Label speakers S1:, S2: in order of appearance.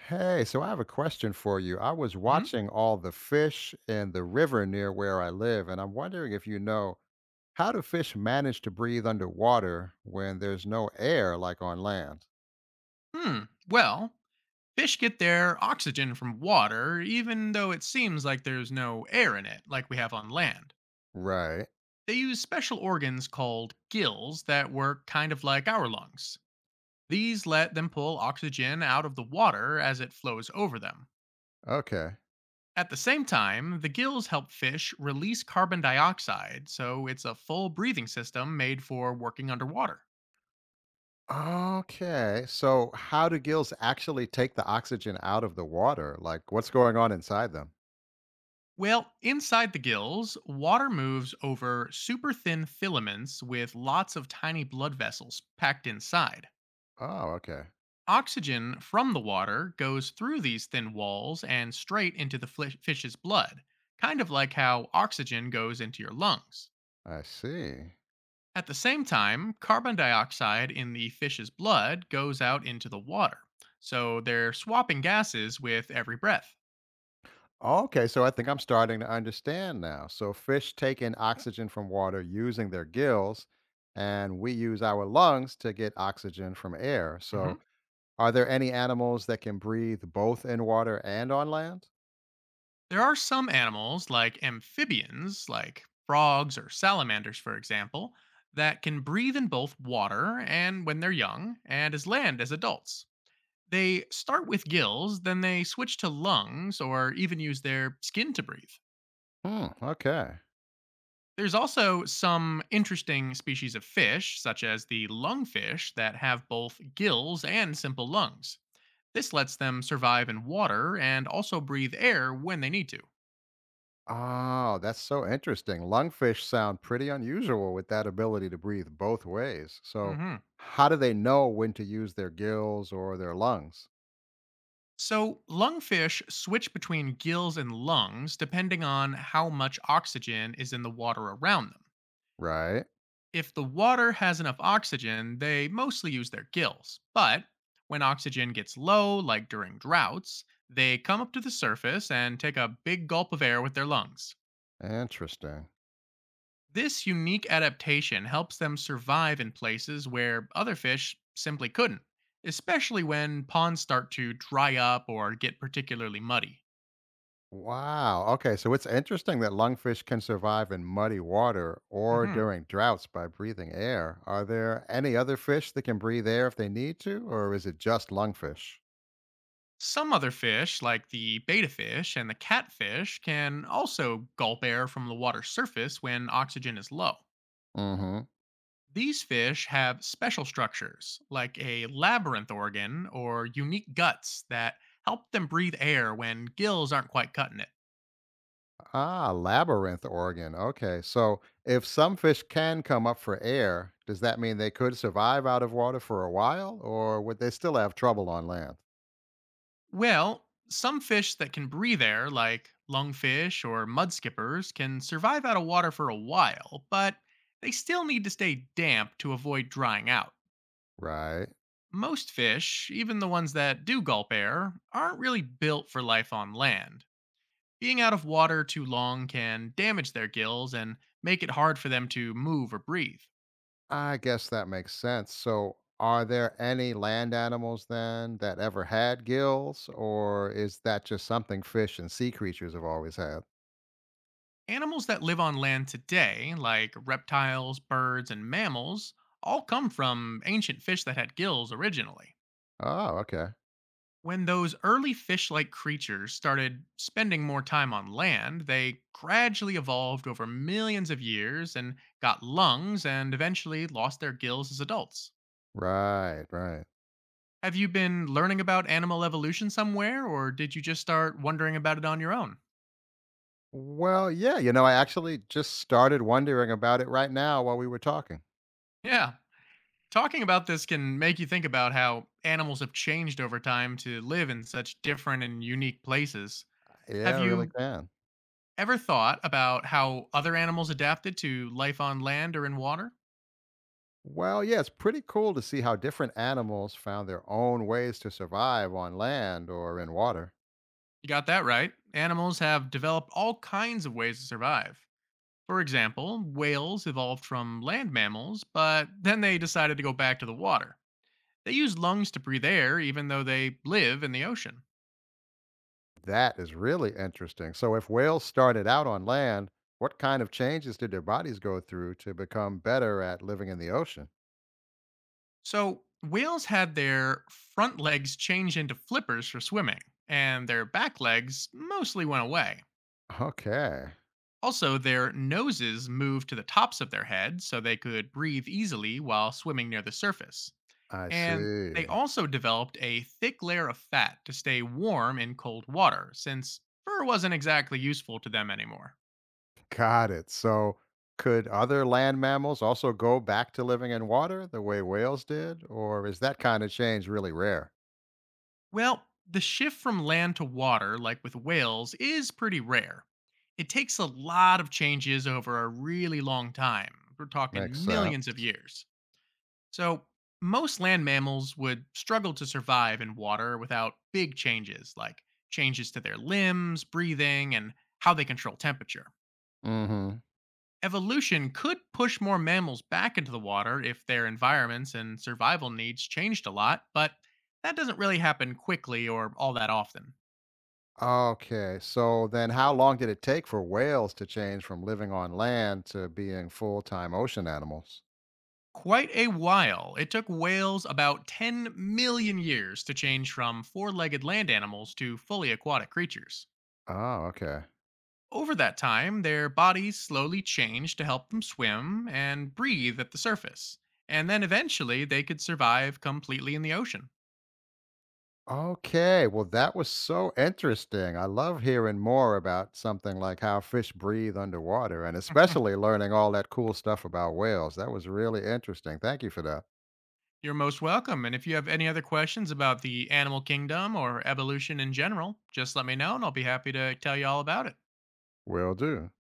S1: Hey, so I have a question for you. I was
S2: Mhm.
S1: watching all the fish in the river near where I live, and I'm wondering if you know how do fish manage to breathe underwater when there's no air like on land?
S2: Hmm. Well, fish get their oxygen from water, even though it seems like there's no air in it, like we have on land.
S1: Right.
S2: They use special organs called gills that work kind of like our lungs. These let them pull oxygen out of the water as it flows over them.
S1: Okay.
S2: At the same time, the gills help fish release carbon dioxide, so it's a full breathing system made for working underwater.
S1: Okay. So, how do gills actually take the oxygen out of the water? Like, what's going on inside them?
S2: Well, inside the gills, water moves over super thin filaments with lots of tiny blood vessels packed inside.
S1: Oh, okay.
S2: Oxygen from the water goes through these thin walls and straight into the fish's blood, kind of like how oxygen goes into your lungs.
S1: I see.
S2: At the same time, carbon dioxide in the fish's blood goes out into the water. So they're swapping gases with every breath.
S1: Okay, so I think I'm starting to understand now. So fish take in oxygen from water using their gills, and we use our lungs to get oxygen from air. So
S2: Mhm.
S1: are there any animals that can breathe both in water and on land?
S2: There are some animals, like amphibians, like frogs or salamanders, for example, that can breathe in both water and when they're young, and as land as adults. They start with gills, then they switch to lungs or even use their skin to breathe.
S1: Hmm, okay.
S2: There's also some interesting species of fish, such as the lungfish, that have both gills and simple lungs. This lets them survive in water and also breathe air when they need to.
S1: Oh, that's so interesting. Lungfish sound pretty unusual with that ability to breathe both ways. So,
S2: hmm
S1: how do they know when to use their gills or their lungs?
S2: So, lungfish switch between gills and lungs depending on how much oxygen is in the water around them.
S1: Right.
S2: If the water has enough oxygen, they mostly use their gills. But when oxygen gets low, like during droughts, they come up to the surface and take a big gulp of air with their lungs.
S1: Interesting.
S2: This unique adaptation helps them survive in places where other fish simply couldn't, especially when ponds start to dry up or get particularly muddy.
S1: Wow. Okay. So, it's interesting that lungfish can survive in muddy water or
S2: hmm
S1: during droughts by breathing air. Are there any other fish that can breathe air if they need to, or is it just lungfish?
S2: Some other fish, like the betta fish and the catfish, can also gulp air from the water's surface when oxygen is low.
S1: Mm hmm.
S2: These fish have special structures, like a labyrinth organ or unique guts, that help them breathe air when gills aren't quite cutting it.
S1: Ah, labyrinth organ. Okay. So if some fish can come up for air, does that mean they could survive out of water for a while, or would they still have trouble on land?
S2: Well, some fish that can breathe air, like lungfish or mudskippers, can survive out of water for a while, but they still need to stay damp to avoid drying out.
S1: Right.
S2: Most fish, even the ones that do gulp air, aren't really built for life on land. Being out of water too long can damage their gills and make it hard for them to move or breathe.
S1: I guess that makes sense. So are there any land animals then that ever had gills, or is that just something fish and sea creatures have always had?
S2: Animals that live on land today, like reptiles, birds, and mammals, all come from ancient fish that had gills originally.
S1: Oh, okay.
S2: When those early fish like creatures started spending more time on land, they gradually evolved over millions of years and got lungs and eventually lost their gills as adults.
S1: Right, right.
S2: Have you been learning about animal evolution somewhere, or did you just start wondering about it on your own?
S1: Well, yeah, I actually just started wondering about it right now while we were talking.
S2: Yeah, talking about this can make you think about how animals have changed over time to live in such different and unique places.
S1: Yeah, I
S2: Have
S1: really
S2: you
S1: can.
S2: ever thought about how other animals adapted to life on land or in water?
S1: Well, yeah, it's pretty cool to see how different animals found their own ways to survive on land or in water.
S2: You got that right. Animals have developed all kinds of ways to survive. For example, whales evolved from land mammals, but then they decided to go back to the water. They use lungs to breathe air, even though they live in the ocean.
S1: That is really interesting. So, if whales started out on land, what kind of changes did their bodies go through to become better at living in the ocean?
S2: So, whales had their front legs changed into flippers for swimming, and their back legs mostly went away.
S1: Okay,
S2: Also, their noses moved to the tops of their heads so they could breathe easily while swimming near the surface.
S1: I
S2: And they
S1: see.
S2: also developed a thick layer of fat to stay warm in cold water, since fur wasn't exactly useful to them anymore.
S1: Got it. So, could other land mammals also go back to living in water the way whales did? Or is that kind of change really rare?
S2: Well, the shift from land to water, like with whales, is pretty rare. It takes a lot of changes over a really long time. We're
S1: Makes
S2: talking
S1: sense.
S2: millions of years. So, most land mammals would struggle to survive in water without big changes, like changes to their limbs, breathing, and how they control temperature.
S1: Mm hmm.
S2: Evolution could push more mammals back into the water if their environments and survival needs changed a lot, but that doesn't really happen quickly or all that often.
S1: Okay, so then how long did it take for whales to change from living on land to being full time ocean animals?
S2: Quite a while. It took whales about 10 million years to change from four legged land animals to fully aquatic creatures.
S1: Oh, okay.
S2: Over that time, their bodies slowly changed to help them swim and breathe at the surface, and then eventually they could survive completely in the ocean.
S1: Okay, well, that was so interesting. I love hearing more about something like how fish breathe underwater and especially learning all that cool stuff about whales. That was really interesting. Thank you for that.
S2: You're most welcome. And if you have any other questions about the animal kingdom or evolution in general, just let me know and I'll be happy to tell you all about it.
S1: Will do.